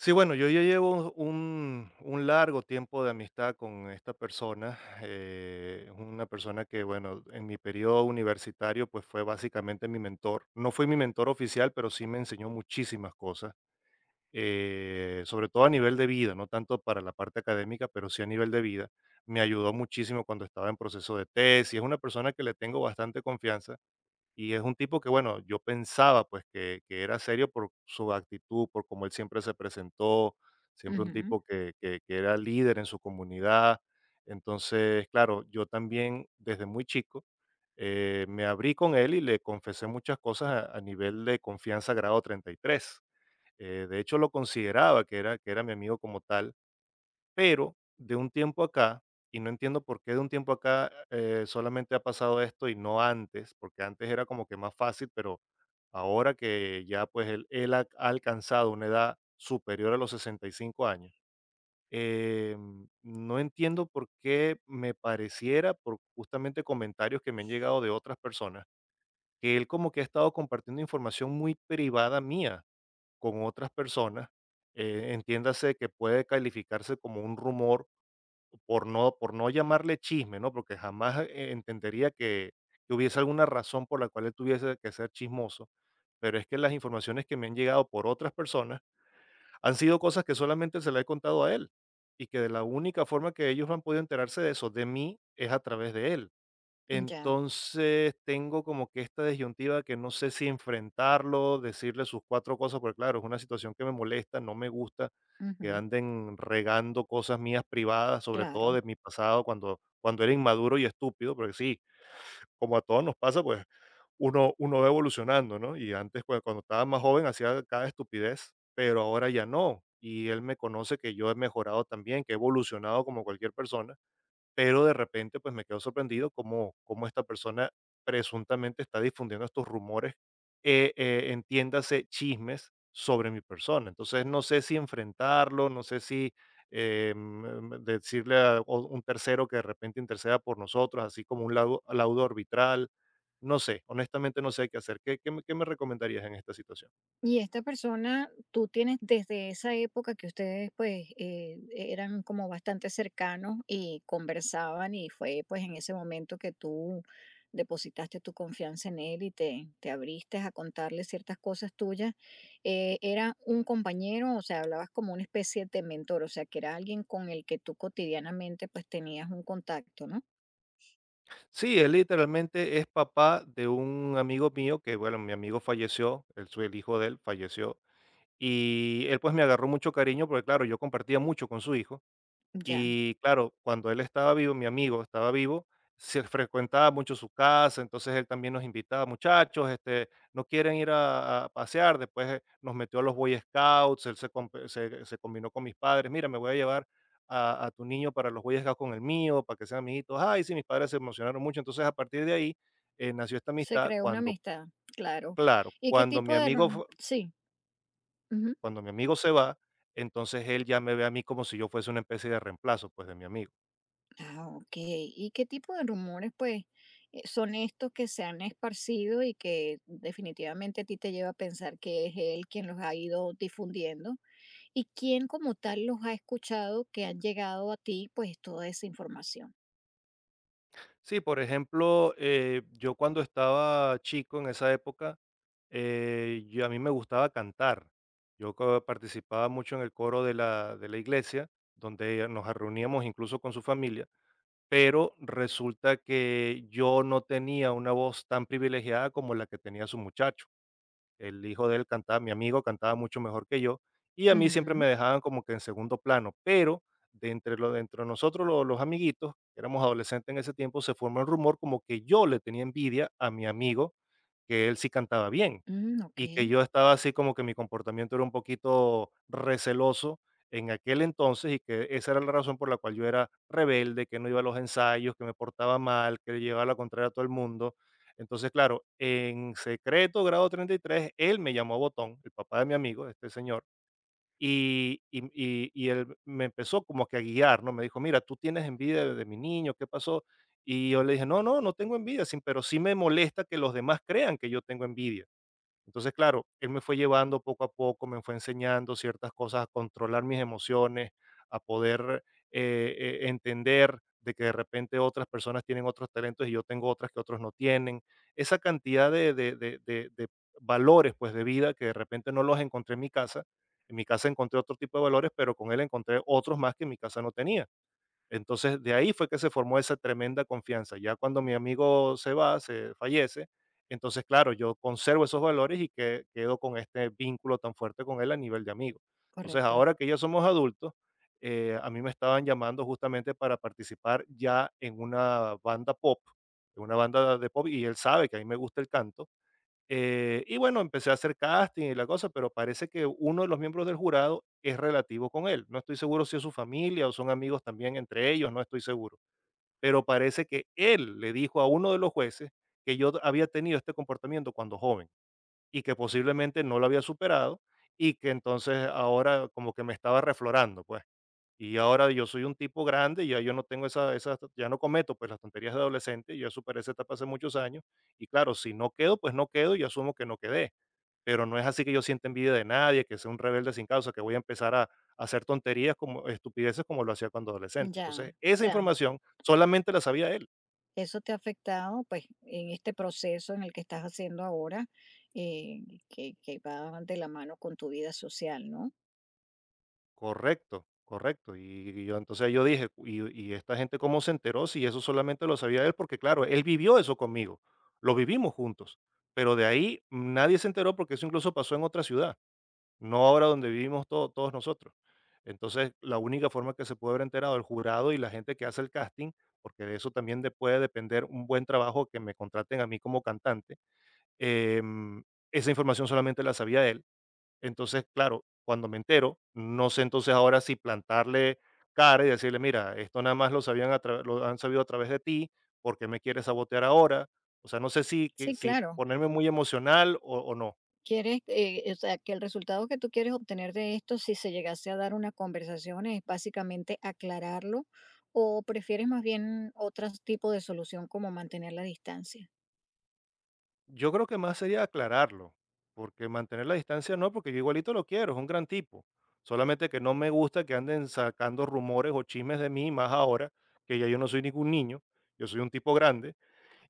Sí, bueno, yo ya llevo un largo tiempo de amistad con esta persona, una persona que, bueno, en mi periodo universitario, pues fue básicamente mi mentor. No fue mi mentor oficial, pero sí me enseñó muchísimas cosas, sobre todo a nivel de vida, no tanto para la parte académica, pero sí a nivel de vida. Me ayudó muchísimo cuando estaba en proceso de tesis. Es una persona que le tengo bastante confianza y es un tipo que, bueno, yo pensaba pues que era serio por su actitud, por cómo él siempre se presentó, siempre un Ujú, tipo que era líder en su comunidad. Entonces, claro, yo también desde muy chico me abrí con él y le confesé muchas cosas a nivel de confianza grado 33. De hecho, lo consideraba que era mi amigo como tal, pero de un tiempo acá, y no entiendo por qué de un tiempo acá, solamente ha pasado esto y no antes, porque antes era como que más fácil, pero ahora que ya pues él ha alcanzado una edad superior a los 65 años. eh, no entiendo por qué me pareciera, por justamente comentarios que me han llegado de otras personas, que él como que ha estado compartiendo información muy privada mía con otras personas. Entiéndase que puede calificarse como un rumor por no llamarle chisme, ¿no? Porque jamás, entendería que hubiese alguna razón por la cual él tuviese que ser chismoso, pero es que las informaciones que me han llegado por otras personas han sido cosas que solamente se la he contado a él, y que de la única forma que ellos han podido enterarse de eso, de mí, es a través de él. ya, Entonces, tengo como que esta disyuntiva, que no sé si enfrentarlo, decirle sus 4 cosas, porque claro, es una situación que me molesta, no me gusta que ujú, anden regando cosas mías privadas, sobre todo claro. de mi pasado, cuando era inmaduro y estúpido, porque sí, como a todos nos pasa, pues uno va evolucionando, ¿no? Y antes, pues, cuando estaba más joven hacía cada estupidez, pero ahora ya no. Y él me conoce, que yo he mejorado también, que he evolucionado como cualquier persona, pero de repente pues me quedo sorprendido cómo esta persona presuntamente está difundiendo estos rumores, entiéndase chismes sobre mi persona. Entonces no sé si enfrentarlo, no sé si decirle a un tercero que de repente interceda por nosotros, así como un laudo, laudo arbitral. No sé, honestamente no sé qué hacer. ¿Qué me recomendarías en esta situación? Y esta persona, tú tienes desde esa época que ustedes pues eran como bastante cercanos y conversaban, y fue pues en ese momento que tú depositaste tu confianza en él y te abriste a contarle ciertas cosas tuyas. ¿Era un compañero? O sea, hablabas como una especie de mentor, o sea, ¿que era alguien con el que tú cotidianamente pues tenías un contacto, no? Sí, él literalmente es papá de un amigo mío que, bueno, mi amigo falleció, él, el hijo de él falleció. Y él, pues, me agarró mucho cariño porque, claro, yo compartía mucho con su hijo. Ya. Y claro, cuando él estaba vivo, mi amigo estaba vivo, se frecuentaba mucho su casa, entonces él también nos invitaba: "Muchachos, este, ¿no quieren ir a pasear?". Después, nos metió a los Boy Scouts, él se comp se se combinó con mis padres: "Mira, me voy a llevar a tu niño para los Boy Scouts con el mío, para que sean amiguitos". Ay, sí, mis padres se emocionaron mucho. Entonces, a partir de ahí, nació esta Se amistad creó una cuando, amistad, claro. claro, ¿Y qué tipo de rum? Sí. Ujú. cuando mi amigo se va, entonces él ya me ve a mí como si yo fuese una especie de reemplazo, pues, de mi amigo. Ah, okey. ¿Y qué tipo de rumores, pues, son estos que se han esparcido y que definitivamente a ti te lleva a pensar que es él quien los ha ido difundiendo? ¿Y quién como tal los ha escuchado que han llegado a ti, pues, toda esa información? Sí, por ejemplo, yo cuando estaba chico en esa época, yo a mí me gustaba cantar. Yo participaba mucho en el coro de la iglesia, donde nos reuníamos incluso con su familia, pero resulta que yo no tenía una voz tan privilegiada como la que tenía su muchacho. El hijo de él cantaba, mi amigo cantaba mucho mejor que yo, y a mí siempre Ujú. me dejaban como que en segundo plano, pero de entre lo, de entre nosotros, lo los amiguitos, que éramos adolescentes en ese tiempo, se formó el rumor como que yo le tenía envidia a mi amigo, que él sí cantaba bien, Mm, y que okey, yo estaba así como que mi comportamiento era un poquito receloso en aquel entonces, y que esa era la razón por la cual yo era rebelde, que no iba a los ensayos, que me portaba mal, que le llevaba la contraria a todo el mundo. Entonces, claro, en secreto, grado 33, él me llamó Botón, el papá de mi amigo, este señor, y, y él me empezó como que a guiar, ¿no? Me dijo, mira, tú tienes envidia de mi niño, ¿qué pasó? Y yo le dije, no, no, no tengo envidia, sí, pero sí me molesta que los demás crean que yo tengo envidia. Entonces, claro, él me fue llevando poco a poco, me fue enseñando ciertas cosas, a controlar mis emociones, a poder eh, entender de que de repente otras personas tienen otros talentos y yo tengo otras que otros no tienen. Esa cantidad de, de valores, pues, de vida que de repente no los encontré en mi casa. En mi casa encontré otro tipo de valores, pero con él encontré otros más que en mi casa no tenía. Entonces, de ahí fue que se formó esa tremenda confianza. Ya cuando mi amigo se va, se fallece, entonces, claro, yo conservo esos valores y que quedo con este vínculo tan fuerte con él a nivel de amigo. Entonces, correcto. ahora que ya somos adultos, a mí me estaban llamando justamente para participar ya en una banda pop, en una banda de pop, y él sabe que a mí me gusta el canto. Y bueno, empecé a hacer casting y la cosa, pero parece que uno de los miembros del jurado es relativo con él. No estoy seguro si es su familia o son amigos también entre ellos, no estoy seguro. Pero parece que él le dijo a uno de los jueces que yo había tenido este comportamiento cuando joven y que posiblemente no lo había superado y que entonces ahora como que me estaba reflorando, pues. Y ahora yo soy un tipo grande, ya yo no tengo esa, ya no cometo pues las tonterías de adolescente, yo superé esa etapa hace muchos años y claro, si no quedo, pues no quedo y asumo que no quedé, pero no es así que yo sienta envidia de nadie, que sea un rebelde sin causa, que voy a empezar a hacer tonterías como estupideces como lo hacía cuando adolescente. Entonces, Ya, o esa sea, información solamente la sabía él. eso te ha afectado, pues, en este proceso en el que estás haciendo ahora, eh, que va de la mano con tu vida social, ¿no? Correcto, correcto. Y, yo dije, y esta gente cómo se enteró si eso solamente lo sabía él, porque claro, él vivió eso conmigo, lo vivimos juntos, pero de ahí nadie se enteró porque eso incluso pasó en otra ciudad, no ahora donde vivimos todos nosotros. Entonces, la única forma que se puede haber enterado el jurado y la gente que hace el casting, porque de eso también puede depender un buen trabajo que me contraten a mí como cantante, em, esa información solamente la sabía él. Entonces, claro, cuando me entero, no sé entonces ahora si plantarle cara y decirle, mira, esto nada más lo, sabían a lo han sabido a través de ti, ¿por qué me quieres sabotear ahora? O sea, no sé si, Sí, si claro. ponerme muy emocional o no. Quieres, o sea, que el resultado que tú quieres obtener de esto, si se llegase a dar una conversación, es básicamente aclararlo, o prefieres más bien otro tipo de solución como mantener la distancia. Yo creo que más sería aclararlo, porque mantener la distancia no, porque yo igualito lo quiero, es un gran tipo. Solamente que no me gusta que anden sacando rumores o chismes de mí, más ahora que ya yo no soy ningún niño, yo soy un tipo grande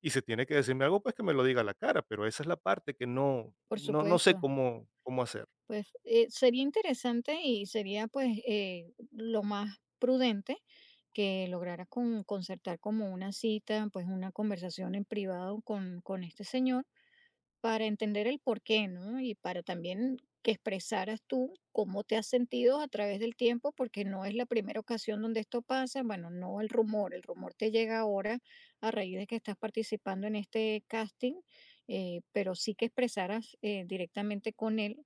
y si tiene que decirme algo, pues que me lo diga a la cara, pero esa es la parte que no, Por no, no sé supuesto. cómo hacer. Pues sería interesante y sería pues lo más prudente que lograra concertar como una cita, pues una conversación en privado con este señor para entender el por qué, ¿no? Y para también que expresaras tú cómo te has sentido a través del tiempo, porque no es la primera ocasión donde esto pasa, bueno, no el rumor, el rumor te llega ahora a raíz de que estás participando en este casting, pero sí que expresaras directamente con él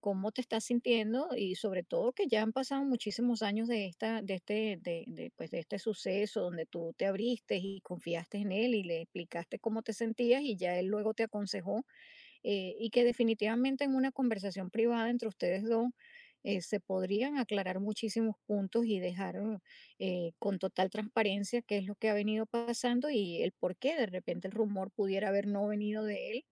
cómo te estás sintiendo, y sobre todo que ya han pasado muchísimos años de esta, de este, de, pues de este suceso donde tú te abriste y confiaste en él y le explicaste cómo te sentías y ya él luego te aconsejó. Y que definitivamente en una conversación privada entre ustedes dos, se podrían aclarar muchísimos puntos y dejar, con total transparencia, qué es lo que ha venido pasando, y el por qué de repente el rumor pudiera haber no venido de él,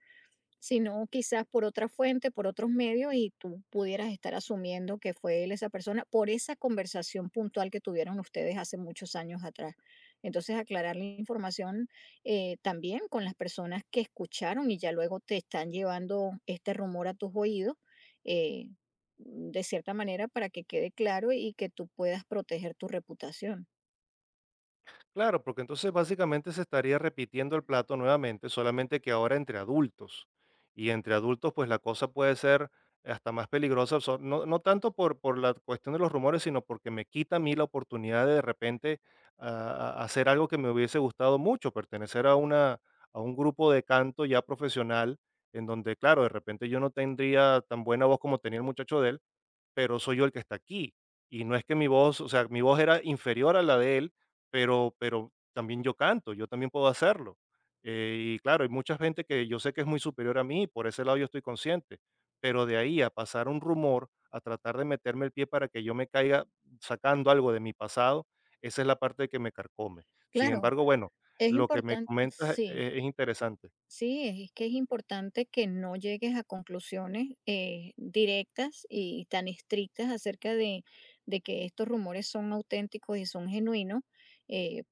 sino quizás por otra fuente, por otros medios, y tú pudieras estar asumiendo que fue él esa persona por esa conversación puntual que tuvieron ustedes hace muchos años atrás. Entonces, aclarar la información, también con las personas que escucharon y ya luego te están llevando este rumor a tus oídos, eh, de cierta manera, para que quede claro y que tú puedas proteger tu reputación. Claro, porque entonces básicamente se estaría repitiendo el plato nuevamente, solamente que ahora entre adultos. Y entre adultos, pues la cosa puede ser hasta más peligrosa, no, no tanto por la cuestión de los rumores, sino porque me quita a mí la oportunidad de repente hacer algo que me hubiese gustado mucho, pertenecer a, una, a un grupo de canto ya profesional, en donde, claro, de repente yo no tendría tan buena voz como tenía el muchacho de él, pero soy yo el que está aquí. Y no es que mi voz, o sea, mi voz era inferior a la de él, pero también yo canto, yo también puedo hacerlo. Y claro, hay mucha gente que yo sé que es muy superior a mí, y por ese lado yo estoy consciente, pero de ahí a pasar un rumor, a tratar de meterme el pie para que yo me caiga sacando algo de mi pasado, esa es la parte que me carcome. Sin Claro, embargo, bueno, es lo que me importante, comentas sí. Es interesante. Sí, es que es importante que no llegues a conclusiones directas y tan estrictas acerca de que estos rumores son auténticos y son genuinos. eh,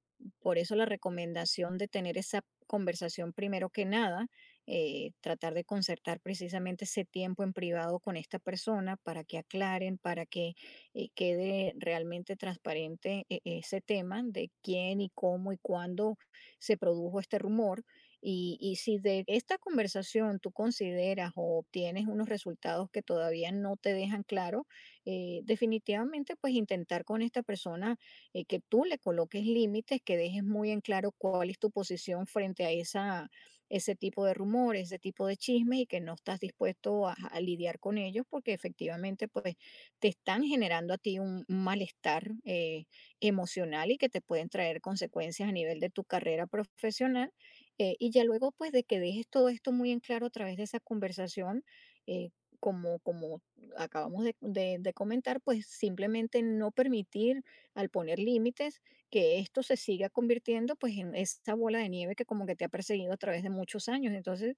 por eso la recomendación de tener esa conversación primero que nada. Tratar de concertar precisamente ese tiempo en privado con esta persona para que aclaren, para que quede realmente transparente ese tema de quién y cómo y cuándo se produjo este rumor. Y, y si de esta conversación tú consideras o obtienes unos resultados que todavía no te dejan claro, definitivamente pues intentar con esta persona que tú le coloques límites, que dejes muy en claro cuál es tu posición frente a esa, ese tipo de rumores, ese tipo de chismes, y que no estás dispuesto a lidiar con ellos porque efectivamente pues te están generando a ti un malestar emocional, y que te pueden traer consecuencias a nivel de tu carrera profesional. Y ya luego, pues, de que dejes todo esto muy en claro a través de esa conversación, eh, como de comentar, pues simplemente no permitir, al poner límites, que esto se siga convirtiendo pues en esa bola de nieve que como que te ha perseguido a través de muchos años. Entonces,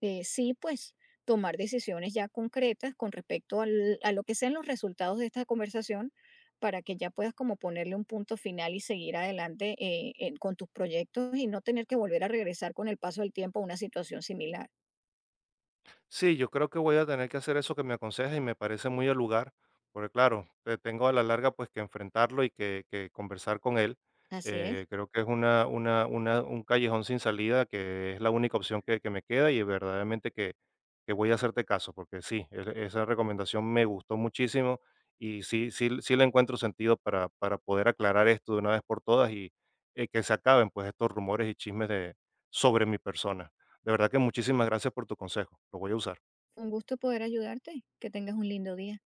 sí, pues tomar decisiones ya concretas con respecto al- a lo que sean los resultados de esta conversación, para que ya puedas como ponerle un punto final y seguir adelante con tus proyectos, y no tener que volver a regresar con el paso del tiempo a una situación similar. Sí, yo creo que voy a tener que hacer eso que me aconsejas y me parece muy al lugar, porque claro, tengo a la larga pues que enfrentarlo y que conversar con él. Así es, Creo que es una, un callejón sin salida, que es la única opción que me queda y verdaderamente que voy a hacerte caso, porque sí, esa recomendación me gustó muchísimo y sí, sí, sí le encuentro sentido para poder aclarar esto de una vez por todas y que se acaben pues estos rumores y chismes de, sobre mi persona. De verdad que muchísimas gracias por tu consejo, lo voy a usar. un gusto poder ayudarte. Que tengas un lindo día.